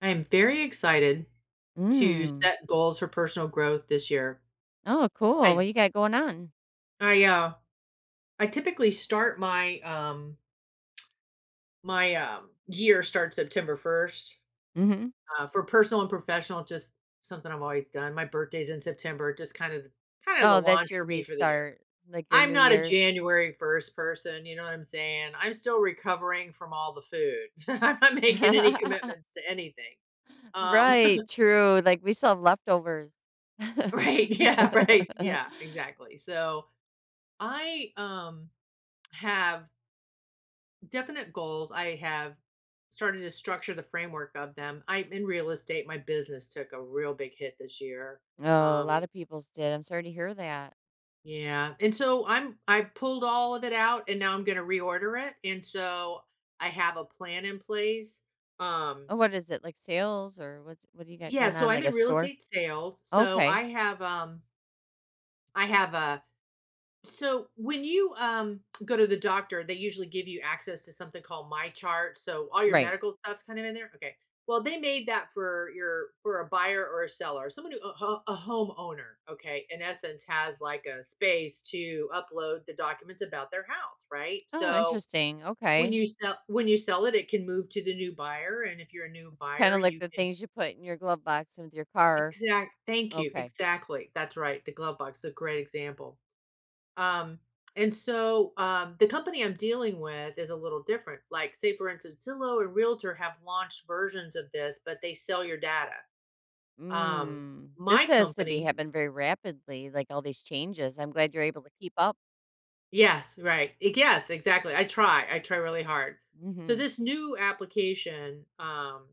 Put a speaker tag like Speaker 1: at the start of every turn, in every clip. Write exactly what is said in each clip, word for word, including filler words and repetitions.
Speaker 1: I am very excited to
Speaker 2: Mm.
Speaker 1: set goals for personal growth this year.
Speaker 2: Oh, cool.
Speaker 1: I
Speaker 2: What you got going on?
Speaker 1: I uh I typically start my um my um year starts September first.
Speaker 2: Mhm.
Speaker 1: Uh, for personal and professional, just something I've always done. My birthday's in September, just kind of kind of the
Speaker 2: Oh,
Speaker 1: launch
Speaker 2: that's your
Speaker 1: for me for the year.
Speaker 2: restart, like your
Speaker 1: I'm
Speaker 2: New
Speaker 1: not a
Speaker 2: Year's.
Speaker 1: January first person, you know what I'm saying? I'm still recovering from all the food. I'm not making any commitments to anything. Um
Speaker 2: Right, true, like, we still have leftovers.
Speaker 1: right, yeah, right. Yeah, exactly. So I um have definite goals. I have started to structure the framework of them. I'm in real estate. My business took a real big hit this year.
Speaker 2: Oh, a
Speaker 1: Um
Speaker 2: lot of people's did, I'm sorry to hear that.
Speaker 1: yeah. And so I'm I pulled all of it out and now I'm going to reorder it. And so I have a plan in place. Um
Speaker 2: Oh, what is it, like, sales or what's what do you got
Speaker 1: yeah,
Speaker 2: going
Speaker 1: so
Speaker 2: on,
Speaker 1: I'm
Speaker 2: like
Speaker 1: in
Speaker 2: a
Speaker 1: real
Speaker 2: store?
Speaker 1: estate sales. So
Speaker 2: Okay,
Speaker 1: I have um I have a So when you um, go to the doctor, they usually give you access to something called My Chart. So all your
Speaker 2: right.
Speaker 1: medical stuff's kind of in there. Okay. Well, they made that for your for a buyer or a seller, someone who a, ho- a homeowner. Okay, in essence, has like a space to upload the documents about their house, right?
Speaker 2: Oh,
Speaker 1: So
Speaker 2: interesting,
Speaker 1: when
Speaker 2: okay.
Speaker 1: you sell when you sell it, it can move to the new buyer, and if you're a new
Speaker 2: It's
Speaker 1: buyer,
Speaker 2: kinda like
Speaker 1: you
Speaker 2: the
Speaker 1: can
Speaker 2: things you put in your glove box and with your car.
Speaker 1: exact. Thank you.
Speaker 2: Okay.
Speaker 1: Exactly. That's right. The glove box is a great example. Um, and so um, the company I'm dealing with is a little different. Like, say, for instance, Zillow and Realtor have launched versions of this, but they sell your data. Um,
Speaker 2: Mm. This
Speaker 1: my
Speaker 2: has to be
Speaker 1: company,
Speaker 2: happened very rapidly, like all these changes. I'm glad you're able to keep up.
Speaker 1: yes, right. e- Yes, exactly. I try. I try really hard. So
Speaker 2: Hmm.
Speaker 1: this new application, um,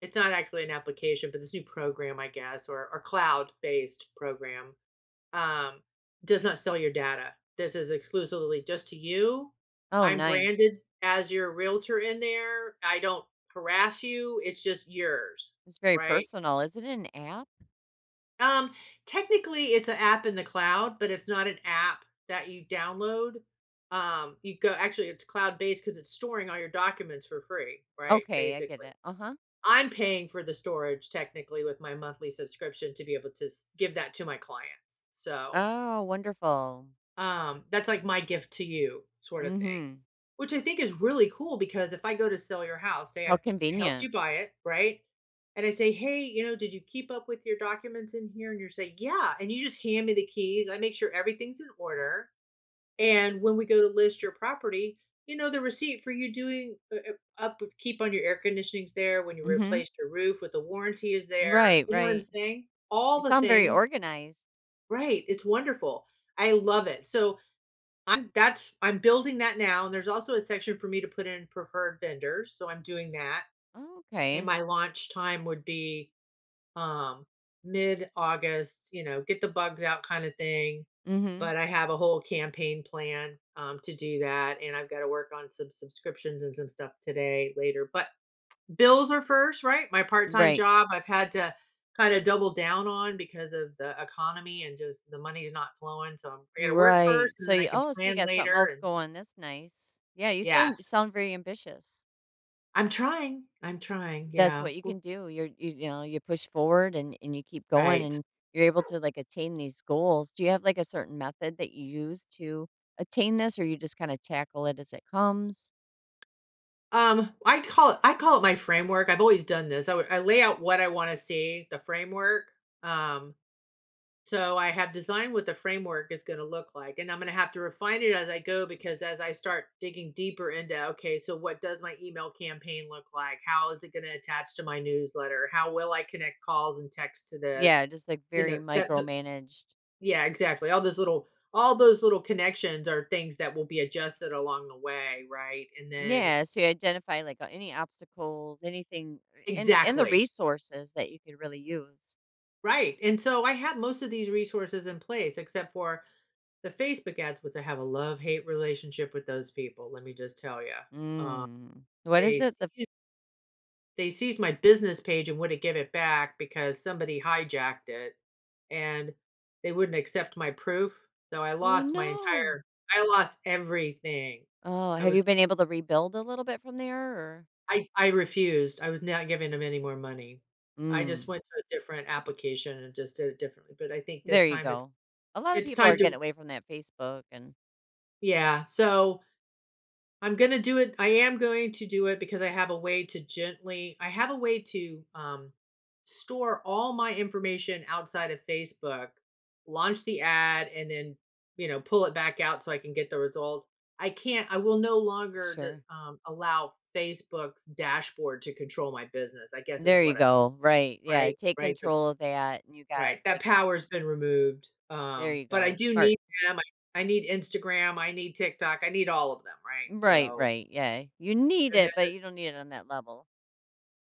Speaker 1: it's not actually an application, but this new program, I guess, or, or cloud based program um, does not sell your data. This is exclusively just to you.
Speaker 2: Oh,
Speaker 1: I'm
Speaker 2: nice.
Speaker 1: branded as your realtor in there. I don't harass you. It's just yours,
Speaker 2: It's very
Speaker 1: right?
Speaker 2: personal. Is it an app?
Speaker 1: Um, technically, it's an app in the cloud, but it's not an app that you download. Um, you go actually, it's cloud based because it's storing all your documents for free, right?
Speaker 2: Okay, I get
Speaker 1: Basically,
Speaker 2: it. Uh huh.
Speaker 1: I'm paying for the storage technically with my monthly subscription to be able to s- give that to my clients. So,
Speaker 2: Oh, wonderful.
Speaker 1: um, that's like my gift to you sort of thing,
Speaker 2: Hmm.
Speaker 1: which I think is really cool because if I go to sell your house, say
Speaker 2: How
Speaker 1: I helped
Speaker 2: convenient.
Speaker 1: you buy it, right? And I say, hey, you know, did you keep up with your documents in here? And you say, yeah. And you just hand me the keys. I make sure everything's in order. And when we go to list your property, you know, the receipt for you doing uh, uh, upkeep on your air conditioning's there. When you
Speaker 2: Hmm.
Speaker 1: replaced your roof with the warranty is there.
Speaker 2: Right,
Speaker 1: You know what I'm
Speaker 2: right.
Speaker 1: saying? All
Speaker 2: You
Speaker 1: the
Speaker 2: sound very
Speaker 1: things.
Speaker 2: organized.
Speaker 1: Right. It's wonderful. I love it. So I'm that's I'm building that now, and there's also a section for me to put in preferred vendors, so I'm doing that.
Speaker 2: Oh,
Speaker 1: And
Speaker 2: okay.
Speaker 1: my launch time would be um mid-August, you know, get the bugs out kind of thing.
Speaker 2: Hmm.
Speaker 1: But I have a whole campaign plan um, to do that, and I've got to work on some subscriptions and some stuff today, later. But bills are first, right? My part-time
Speaker 2: Right,
Speaker 1: job, I've had to kind of double down on because of the economy and just the money's not flowing. So I'm, I got to work
Speaker 2: right.
Speaker 1: first, and
Speaker 2: So
Speaker 1: then I
Speaker 2: you,
Speaker 1: can
Speaker 2: oh, so you
Speaker 1: plan
Speaker 2: got something
Speaker 1: later,
Speaker 2: else
Speaker 1: and
Speaker 2: going. That's nice. Yeah, you
Speaker 1: yes.
Speaker 2: sound sound very ambitious.
Speaker 1: I'm trying, I'm trying,
Speaker 2: That's
Speaker 1: yeah,
Speaker 2: what you can do. You're you you know, you push forward and and you keep going
Speaker 1: right.
Speaker 2: and you're able to, like, attain these goals. Do you have, like, a certain method that you use to attain this, or you just kinda tackle it as it comes?
Speaker 1: Um, I call it I call it my framework, I've always done this, I would I lay out what I wanna see, the framework, um, so I have designed what the framework is gonna look like, and I'm gonna have to refine it as I go because as I start digging deeper into, "Okay, so what does my email campaign look like? How is it gonna attach to my newsletter? How will I connect calls and texts to this?"
Speaker 2: Yeah, just, like,
Speaker 1: You know,
Speaker 2: very
Speaker 1: that
Speaker 2: micromanaged.
Speaker 1: yeah, exactly. All those little all those little connections are things that will be adjusted along the way, right? And then
Speaker 2: Yeah, so you identify, like, uh, any obstacles, anything and and the
Speaker 1: exactly.
Speaker 2: resources that you could really use.
Speaker 1: Right. And so I have most of these resources in place except for the Facebook ads, which I have a love-hate relationship with those people, let me just tell you. Um,
Speaker 2: Mm. What is
Speaker 1: they
Speaker 2: it? The
Speaker 1: seized they seized my business page and wouldn't give it back because somebody hijacked it and they wouldn't accept my proof. So I
Speaker 2: Oh,
Speaker 1: lost my
Speaker 2: no.
Speaker 1: entire I lost everything.
Speaker 2: Oh,
Speaker 1: I
Speaker 2: have
Speaker 1: was
Speaker 2: you been able to rebuild a little bit from there, or —
Speaker 1: I I refused. I was not giving them any more money. I just
Speaker 2: Mm.
Speaker 1: went to a different application and just did it differently, but I think this
Speaker 2: There you
Speaker 1: time it's
Speaker 2: go. A lot of
Speaker 1: it's
Speaker 2: people
Speaker 1: time
Speaker 2: are
Speaker 1: to
Speaker 2: getting away from that Facebook and —
Speaker 1: yeah, so I'm gonna do it. I am going to do it because I have a way to gently I have a way to, um, store all my information outside of Facebook, launch the ad, and then, you know, pull it back out so I can get the result. I can't I will no longer d
Speaker 2: sure.
Speaker 1: um, allow Facebook's dashboard to control my business, I guess is
Speaker 2: There you
Speaker 1: what I'm
Speaker 2: go. Right. Yeah.
Speaker 1: Right,
Speaker 2: Take
Speaker 1: right, the
Speaker 2: control of that. And you got
Speaker 1: right, that
Speaker 2: like,
Speaker 1: power's been removed,
Speaker 2: there
Speaker 1: um,
Speaker 2: you
Speaker 1: but I
Speaker 2: go.
Speaker 1: do need
Speaker 2: Smart.
Speaker 1: them, I I need Instagram, I need TikTok, I need all of them, right?
Speaker 2: Right.
Speaker 1: So,
Speaker 2: Right. Yeah. You need
Speaker 1: they're
Speaker 2: it, but
Speaker 1: necessary.
Speaker 2: you don't need it on that level.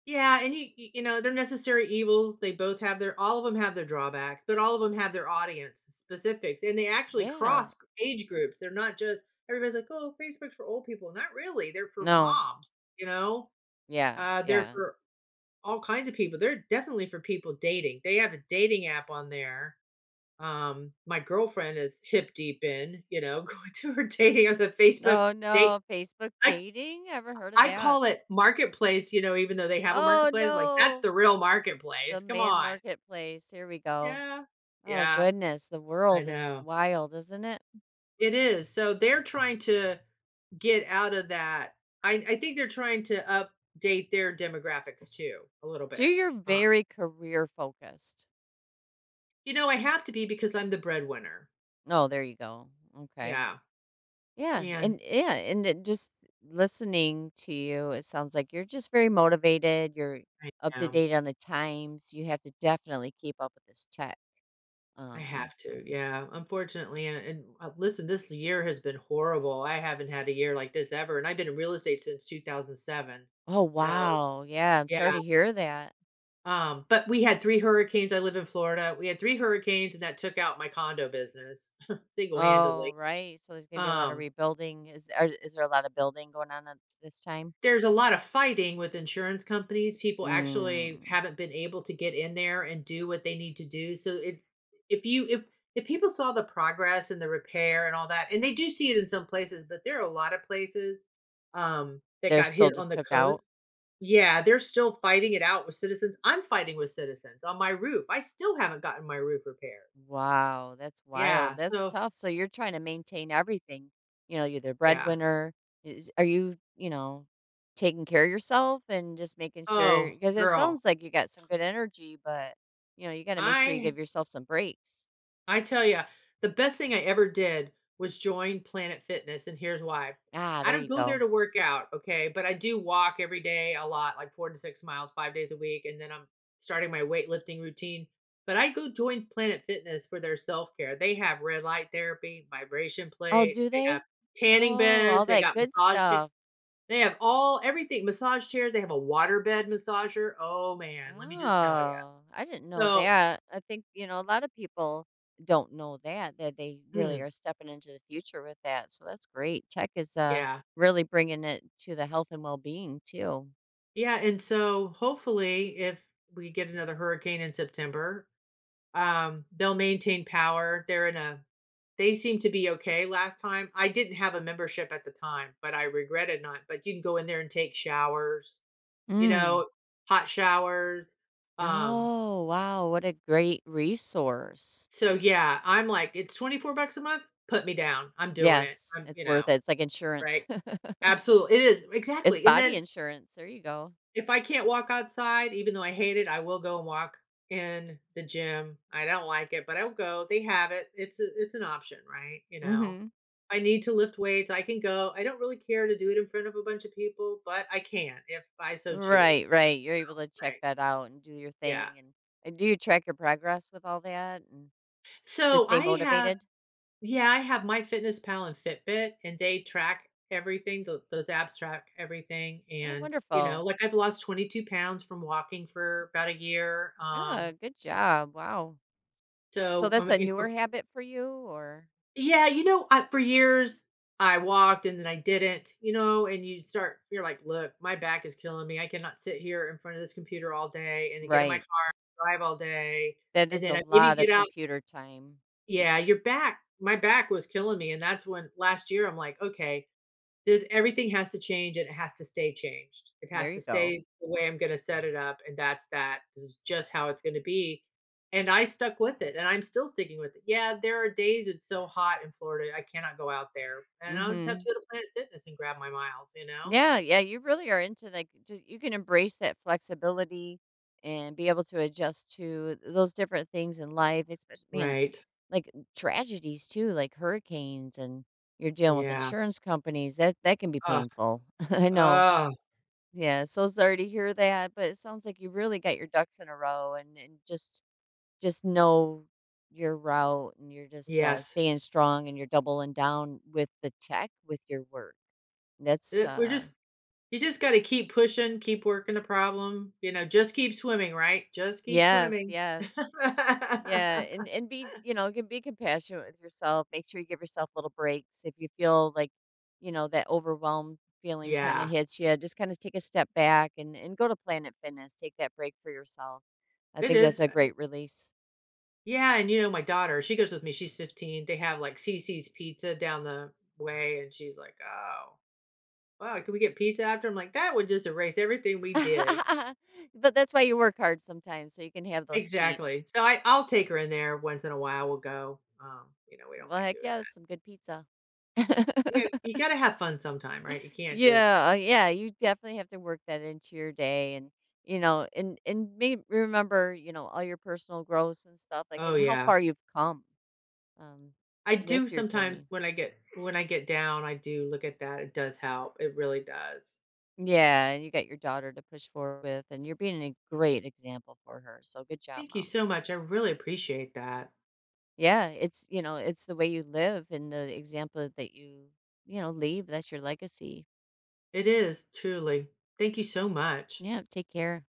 Speaker 1: Yeah, and you y you know, they're necessary evils, they both have their all of them have their drawbacks, but all of them have their audience specifics, and they actually
Speaker 2: Yeah.
Speaker 1: cross g age groups, they're not just everybody's like, "Oh, Facebook's for old people," not really, they're for
Speaker 2: No.
Speaker 1: moms, you know?
Speaker 2: Yeah.
Speaker 1: Uh, they're
Speaker 2: Yeah.
Speaker 1: for all kinds of people, they're definitely for people dating, they have a dating app on there um, my girlfriend is hip deep in, you know, going to her dating on the Facebook
Speaker 2: No,
Speaker 1: date.
Speaker 2: no. Facebook
Speaker 1: I
Speaker 2: dating. Ever heard of
Speaker 1: I
Speaker 2: that?
Speaker 1: call it marketplace, you know, even though they have a
Speaker 2: Oh,
Speaker 1: marketplace, like that's
Speaker 2: no.
Speaker 1: the real
Speaker 2: The
Speaker 1: marketplace. Come
Speaker 2: man
Speaker 1: on.
Speaker 2: marketplace. Here we go.
Speaker 1: Yeah.
Speaker 2: Oh,
Speaker 1: Yeah,
Speaker 2: goodness. The
Speaker 1: I
Speaker 2: world is
Speaker 1: know.
Speaker 2: wild, isn't it?
Speaker 1: It is. So they're trying to get out of that. I I think they're trying to update their demographics too a little
Speaker 2: So
Speaker 1: bit.
Speaker 2: you're
Speaker 1: Uh,
Speaker 2: very career focused.
Speaker 1: you know, I have to be because I'm the breadwinner.
Speaker 2: Oh, there you go. Okay.
Speaker 1: Yeah.
Speaker 2: Yeah.
Speaker 1: And
Speaker 2: And yeah, and it just listening to you, it sounds like you're just very motivated. You're
Speaker 1: I
Speaker 2: up to
Speaker 1: am.
Speaker 2: date on the times. You have to definitely keep up with this tech.
Speaker 1: I
Speaker 2: Um,
Speaker 1: have to, yeah, unfortunately, and and, uh, listen, this year has been horrible, I haven't had a year like this ever, and I've been in real estate since two thousand seven,
Speaker 2: oh
Speaker 1: so,
Speaker 2: wow. Yeah, I'm sorry
Speaker 1: yeah,
Speaker 2: to hear that.
Speaker 1: um, but we had three hurricanes, I live in Florida, we had three hurricanes, and that took out my condo business
Speaker 2: Oh,
Speaker 1: single-handedly,
Speaker 2: right. So there's gonna be a lot of
Speaker 1: um
Speaker 2: rebuilding. Is are, is there a lot of building going on at this time?
Speaker 1: there's a lot of fighting with insurance companies. People actually
Speaker 2: Mm.
Speaker 1: haven't been able to get in there and do what they need to do. So it's if you if if people saw the progress and the repair and all that, and they do see it in some places, but there are a lot of places um that
Speaker 2: They're
Speaker 1: got
Speaker 2: still
Speaker 1: hit on
Speaker 2: just
Speaker 1: the
Speaker 2: took out.
Speaker 1: coast. Yeah, they're still fighting it out with citizens. I'm fighting with citizens on my roof. I still haven't gotten my roof repaired.
Speaker 2: Wow, that's
Speaker 1: Yeah.
Speaker 2: wild. That's
Speaker 1: So
Speaker 2: tough. So you're trying to maintain everything. You know, you're the
Speaker 1: yeah.
Speaker 2: breadwinner. Is, are you, you know, taking care of yourself and just making sure?
Speaker 1: Oh,
Speaker 2: Because it
Speaker 1: girl.
Speaker 2: sounds like you got some good energy, but, you know, you got to make sure you
Speaker 1: I
Speaker 2: give yourself some breaks.
Speaker 1: I tell you, the best thing I ever did was join Planet Fitness, and here's why.
Speaker 2: Ah,
Speaker 1: I
Speaker 2: there
Speaker 1: don't
Speaker 2: you
Speaker 1: go there
Speaker 2: go.
Speaker 1: to work out, okay, but I do walk every day a lot, like four to six miles, five days a week, and then I'm starting my weightlifting routine. But I go join Planet Fitness for their self-care. They have red light therapy, vibration
Speaker 2: Oh,
Speaker 1: plate,
Speaker 2: do
Speaker 1: they have
Speaker 2: they?
Speaker 1: tanning
Speaker 2: Oh, all
Speaker 1: beds, they
Speaker 2: that
Speaker 1: got
Speaker 2: good
Speaker 1: massage cha
Speaker 2: stuff.
Speaker 1: they have all everything, massage chairs, they have a water bed massager. Oh, man, let me just tell you.
Speaker 2: Oh, I didn't know
Speaker 1: So
Speaker 2: that. I think, you know, a lot of people don't know that, that they really
Speaker 1: mm,
Speaker 2: are stepping into the future with that. So that's great. Tech is uh,
Speaker 1: yeah.
Speaker 2: really bringing it to the health and well being, too.
Speaker 1: Yeah, and so hopefully if we get another hurricane in September, um, they'll maintain power. They're in a they seem to be okay last time. I didn't have a membership at the time, but I regretted not. But you can go in there and take showers, you
Speaker 2: Mm.
Speaker 1: know, hot showers. Um,
Speaker 2: Oh, wow. What a great resource.
Speaker 1: so yeah, I'm like, it's twenty-four bucks a month, put me down. I'm doing it.
Speaker 2: Yes,
Speaker 1: I'm, you
Speaker 2: it's
Speaker 1: know,
Speaker 2: worth it. It's like insurance,
Speaker 1: right. Absolutely. It is
Speaker 2: it's
Speaker 1: exactly. And
Speaker 2: body
Speaker 1: then
Speaker 2: insurance. There you go.
Speaker 1: if I can't walk outside, even though I hate it, I will go and walk in the gym. I don't like it, but I'll go. They have it. It's a, it's an option, right? You know,
Speaker 2: Hmm.
Speaker 1: I need to lift weights. I can go. I don't really care to do it in front of a bunch of people, but I can if I so choose,
Speaker 2: Right, right. You're able to check
Speaker 1: right?
Speaker 2: that out and do your
Speaker 1: Yeah.
Speaker 2: thing. And, and do you track your progress with all that and to
Speaker 1: So
Speaker 2: stay
Speaker 1: I have,
Speaker 2: motivated?
Speaker 1: yeah, I have my Fitness Pal and Fitbit, and they track everything. tho- those apps track everything,
Speaker 2: Oh,
Speaker 1: and you know,
Speaker 2: wonderful.
Speaker 1: like I've lost twenty-two pounds from walking for about a year. Um,
Speaker 2: Ah, good job. Wow. So
Speaker 1: so
Speaker 2: that's
Speaker 1: I'm
Speaker 2: a newer
Speaker 1: incorporating
Speaker 2: habit for you or —
Speaker 1: yeah, you know, I, for years I walked and then I didn't, you know, and you start, you're like, look, my back is killing me. I cannot sit here in front of this computer all day and then get in my
Speaker 2: right.
Speaker 1: car, drive all day,
Speaker 2: That
Speaker 1: and
Speaker 2: is a
Speaker 1: then I maybe
Speaker 2: lot
Speaker 1: get
Speaker 2: of
Speaker 1: out.
Speaker 2: computer time.
Speaker 1: Yeah, your back, my back was killing me. And that's when last year I'm like, okay, there's everything has to change and it has to stay changed. It has
Speaker 2: There
Speaker 1: to
Speaker 2: you go.
Speaker 1: stay the way I'm gonna set it up, and that's that. This is just how it's gonna be. And I stuck with it, and I'm still sticking with it. Yeah, there are days it's so hot in Florida, I cannot go out there. And I'll just have to
Speaker 2: Mhm.
Speaker 1: go to Planet Fitness and grab my miles, you know?
Speaker 2: Yeah, yeah, you really are into like just you can embrace that flexibility and be able to adjust to those different things in life, especially man,
Speaker 1: Right.
Speaker 2: like tragedies too, like hurricanes and you're dealing with
Speaker 1: Yeah.
Speaker 2: insurance companies. That that can be
Speaker 1: Ugh.
Speaker 2: painful. I know.
Speaker 1: Ugh.
Speaker 2: Yeah, so sorry to hear that, but it sounds like you really got your ducks in a row and and just just know your route and you're just uh,
Speaker 1: Yes.
Speaker 2: staying strong and you're doubling down with the tech with your work. That's
Speaker 1: It, we're
Speaker 2: uh —
Speaker 1: just you just gotta keep pushing, keep working the problem, you know, just keep swimming, right? Just keep
Speaker 2: yes,
Speaker 1: swimming.
Speaker 2: yes. Yeah, and and be, you know, can be compassionate with yourself. Make sure you give yourself little breaks if you feel like, you know, that overwhelmed feeling kind of
Speaker 1: yeah.
Speaker 2: hits you. Just kind of take a step back and and go to Planet Fitness. Take that break for yourself. I
Speaker 1: It
Speaker 2: think that's
Speaker 1: is
Speaker 2: a great release.
Speaker 1: yeah, and, you know, my daughter, she goes with me, she's fifteen, they have, like, CeCe's Pizza down the way, and she's like, "Oh, wow, can we get pizza after?" I'm like, "That would just erase everything we did."
Speaker 2: But that's why you work hard sometimes, so you can have those cheats.
Speaker 1: Exactly. So, I I'll take her in there once in a while, we'll go, um, you know, we don't
Speaker 2: Well,
Speaker 1: mind
Speaker 2: heck
Speaker 1: doing
Speaker 2: yeah, that's
Speaker 1: that.
Speaker 2: some good pizza.
Speaker 1: Yeah, you gotta have fun sometime, right? You can't just
Speaker 2: Yeah, yeah, you definitely have to work that into your day and, you know, and and may remember, you know, all your personal growths and stuff, like,
Speaker 1: oh,
Speaker 2: and how
Speaker 1: yeah.
Speaker 2: far you've come, um,
Speaker 1: I
Speaker 2: with
Speaker 1: do
Speaker 2: your
Speaker 1: sometimes
Speaker 2: journey.
Speaker 1: when I get when I get down, I do look at that, it does help, it really does.
Speaker 2: Yeah, and you got your daughter to push forward with, and you're being a great example for her, so good job,
Speaker 1: Thank you
Speaker 2: mom.
Speaker 1: so much, I really appreciate that.
Speaker 2: Yeah, it's you know, it's the way you live and the example that you, you know, leave. That's your legacy.
Speaker 1: It is, truly. Thank you so much.
Speaker 2: Yeah, take care.